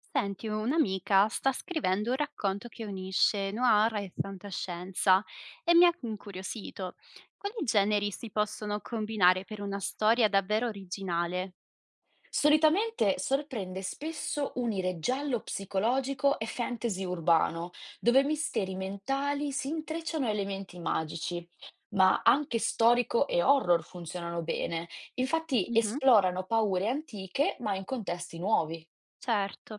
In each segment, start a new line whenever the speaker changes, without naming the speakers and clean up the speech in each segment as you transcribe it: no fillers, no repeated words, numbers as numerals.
Senti, un'amica sta scrivendo un racconto che unisce noir e fantascienza e mi ha incuriosito. Quali generi si possono combinare per una storia davvero originale?
Solitamente sorprende spesso unire giallo psicologico e fantasy urbano, dove misteri mentali si intrecciano a elementi magici, ma anche storico e horror funzionano bene. Infatti
Mhm,
esplorano paure antiche, ma in contesti nuovi.
certo.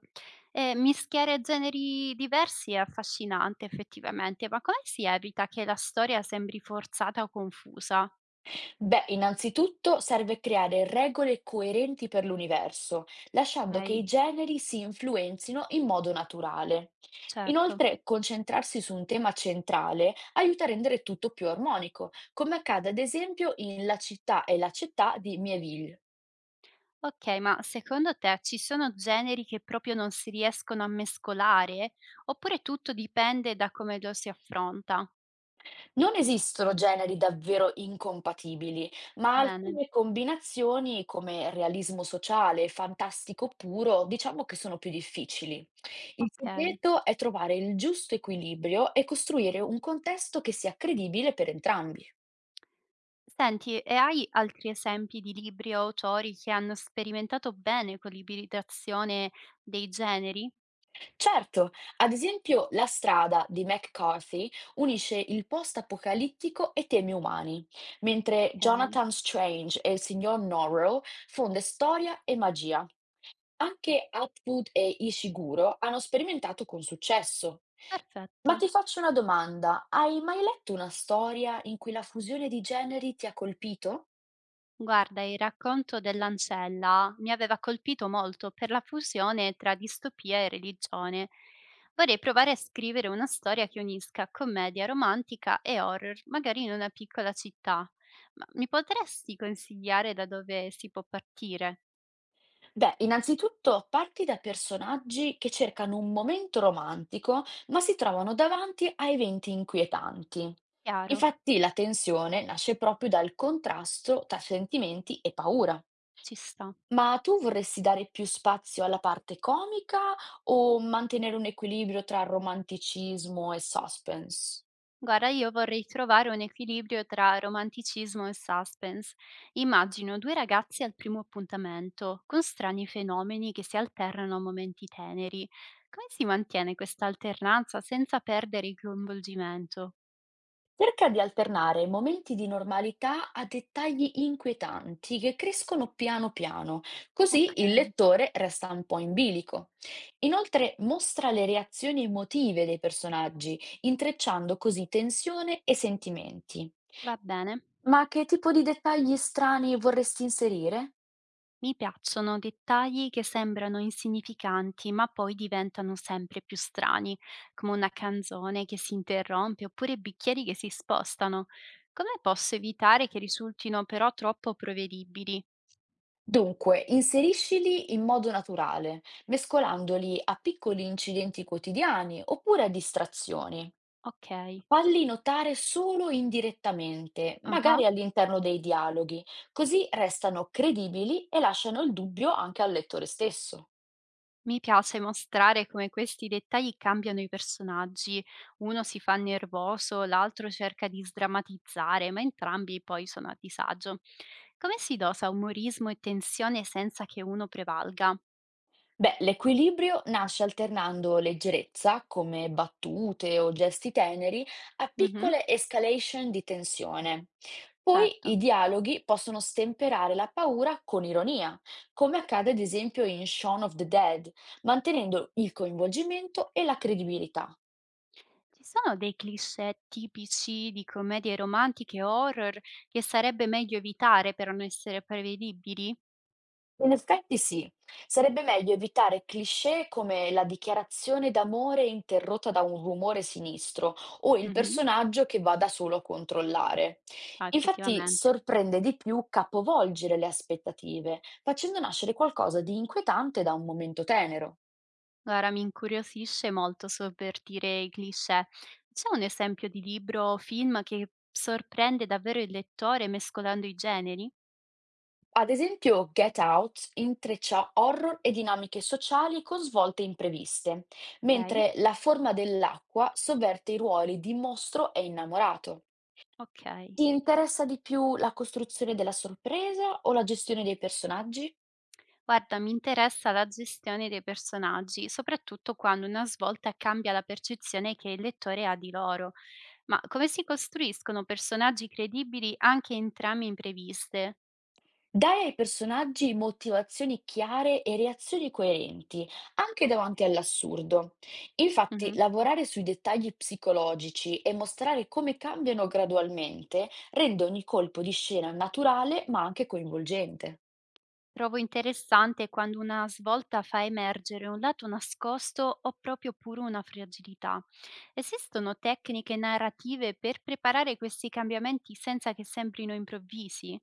Mischiare generi diversi è affascinante effettivamente, ma come si evita che la storia sembri forzata o confusa?
Beh, innanzitutto serve creare regole coerenti per l'universo, lasciando che
Ok,
i generi si influenzino in modo naturale.
certo.
Inoltre, concentrarsi su un tema centrale aiuta a rendere tutto più armonico, come accade ad esempio in La città e la città di Mieville.
Okay, ma secondo te ci sono generi che proprio non si riescono a mescolare? Oppure tutto dipende da come lo si affronta?
Non esistono generi davvero incompatibili, ma
Bene,
alcune combinazioni come realismo sociale e fantastico puro, diciamo che sono più difficili. Il
okay.
segreto è trovare il giusto equilibrio e costruire un contesto che sia credibile per entrambi.
Senti, e hai altri esempi di libri o autori che hanno sperimentato bene con l'ibridazione dei generi?
Certo, ad esempio La strada di McCarthy unisce il post-apocalittico e temi umani, mentre
Okay,
Jonathan Strange e il signor Norrell fonde storia e magia. Anche Atwood e Ishiguro hanno sperimentato con successo. Ma
perfetto.
ti faccio una domanda, hai mai letto una storia in cui la fusione di generi ti ha colpito?
Guarda, il racconto dell'ancella mi aveva colpito molto per la fusione tra distopia e religione. Vorrei provare a scrivere una storia che unisca commedia romantica e horror, magari in una piccola città. Ma mi potresti consigliare da dove si può partire?
Beh, innanzitutto parti da personaggi che cercano un momento romantico, ma si trovano davanti a eventi inquietanti.
Chiaro,
Infatti la tensione nasce proprio dal contrasto tra sentimenti e paura.
ci sta.
Ma tu vorresti dare più spazio alla parte comica o mantenere un equilibrio tra romanticismo e suspense?
Guarda, io vorrei trovare un equilibrio tra romanticismo e suspense. Immagino due ragazzi al primo appuntamento, con strani fenomeni che si alternano a momenti teneri. Come si mantiene questa alternanza senza perdere il coinvolgimento?
Cerca di alternare momenti di normalità a dettagli inquietanti che crescono piano piano,
Ok,
così il lettore resta un po' in bilico. Inoltre mostra le reazioni emotive dei personaggi, intrecciando così tensione e sentimenti.
va bene.
Ma che tipo di dettagli strani vorresti inserire?
Mi piacciono dettagli che sembrano insignificanti, ma poi diventano sempre più strani, come una canzone che si interrompe oppure bicchieri che si spostano. Come posso evitare che risultino però troppo prevedibili?
Dunque, inseriscili in modo naturale, mescolandoli a piccoli incidenti quotidiani oppure a distrazioni.
Ok,
Falli notare solo indirettamente,
aha.
magari all'interno dei dialoghi, così restano credibili e lasciano il dubbio anche al lettore stesso.
Mi piace mostrare come questi dettagli cambiano i personaggi. Uno si fa nervoso, l'altro cerca di sdrammatizzare, ma entrambi poi sono a disagio. Come si dosa umorismo e tensione senza che uno prevalga?
Beh, l'equilibrio nasce alternando leggerezza, come battute o gesti teneri, a
Mh-mh,
piccole escalation di tensione. Poi
certo.
i dialoghi possono stemperare la paura con ironia, come accade ad esempio in Shaun of the Dead, mantenendo il coinvolgimento e la credibilità.
Ci sono dei cliché tipici di commedie romantiche o horror che sarebbe meglio evitare per non essere prevedibili?
In effetti sì, sarebbe meglio evitare cliché come la dichiarazione d'amore interrotta da un rumore sinistro o il
Mh-mh.
personaggio che vada solo a controllare.
Ah,
Infatti
effettivamente.
sorprende di più capovolgere le aspettative, facendo nascere qualcosa di inquietante da un momento tenero.
Guarda, mi incuriosisce molto sovvertire i cliché. C'è un esempio di libro o film che sorprende davvero il lettore mescolando i generi?
Ad esempio, Get Out intreccia horror e dinamiche sociali con svolte impreviste,
Okay,
mentre La forma dell'acqua sovverte i ruoli di mostro e innamorato.
okay.
Ti interessa di più la costruzione della sorpresa o la gestione dei personaggi?
Guarda, mi interessa la gestione dei personaggi, soprattutto quando una svolta cambia la percezione che il lettore ha di loro. Ma come si costruiscono personaggi credibili anche in trame impreviste?
Dai ai personaggi motivazioni chiare e reazioni coerenti, anche
Ok.
davanti all'assurdo. Infatti,
Mh-mh.
lavorare sui dettagli psicologici e mostrare come cambiano gradualmente rende ogni colpo di scena naturale ma anche coinvolgente.
Trovo interessante quando una svolta fa emergere un lato nascosto o proprio pure una fragilità. Esistono tecniche narrative per preparare questi cambiamenti senza che sembrino improvvisi?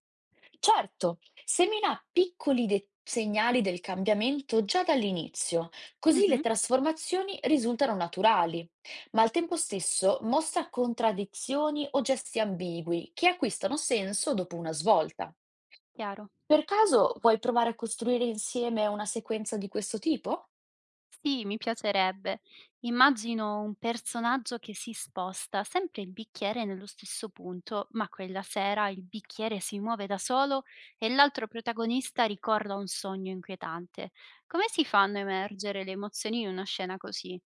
Certo, semina piccoli segnali del cambiamento già dall'inizio, così le
Mh-mh,
trasformazioni risultano naturali, ma al tempo stesso mostra contraddizioni o gesti ambigui che acquistano senso dopo una svolta.
chiaro.
Per caso vuoi provare a costruire insieme una sequenza di questo tipo?
Sì, mi piacerebbe. Immagino un personaggio che si sposta sempre il bicchiere nello stesso punto, ma quella sera il bicchiere si muove da solo e l'altro protagonista ricorda un sogno inquietante. Come si fanno a emergere le emozioni in una scena così?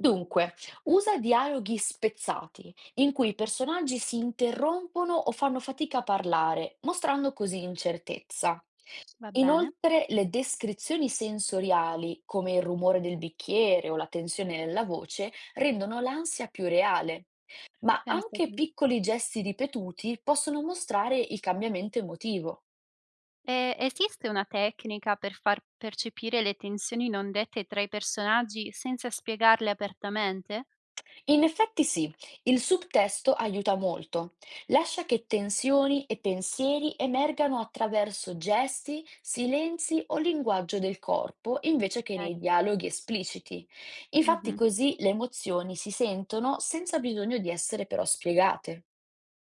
Dunque, usa dialoghi spezzati, in cui i personaggi si interrompono o fanno fatica a parlare, mostrando così incertezza.
Va bene,
Inoltre, le descrizioni sensoriali, come il rumore del bicchiere o la tensione nella voce, rendono l'ansia più reale. Ma
pensa
anche
tu.
piccoli gesti ripetuti possono mostrare il cambiamento emotivo.
E esiste una tecnica per far percepire le tensioni non dette tra i personaggi senza spiegarle apertamente?
In effetti sì, il subtesto aiuta molto. Lascia che tensioni e pensieri emergano attraverso gesti, silenzi o linguaggio del corpo, invece che
Ok.
nei dialoghi espliciti. Infatti
Mhm.
così le emozioni si sentono senza bisogno di essere però spiegate.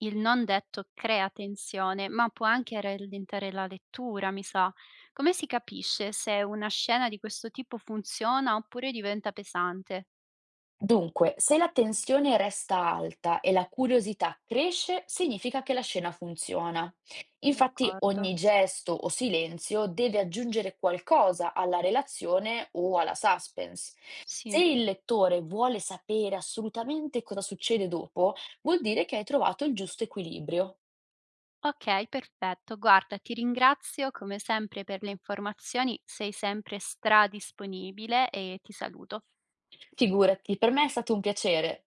Il non detto crea tensione, ma può anche rallentare la lettura, mi sa. Come si capisce se una scena di questo tipo funziona oppure diventa pesante?
Dunque, se la tensione resta alta e la curiosità cresce, significa che la scena funziona. Infatti,
D'accordo,
ogni gesto o silenzio deve aggiungere qualcosa alla relazione o alla suspense. Se
sì.
il lettore vuole sapere assolutamente cosa succede dopo, vuol dire che hai trovato il giusto equilibrio.
Ok, perfetto. Guarda, ti ringrazio come sempre per le informazioni, sei sempre stradisponibile e ti saluto.
Figurati, per me è stato un piacere.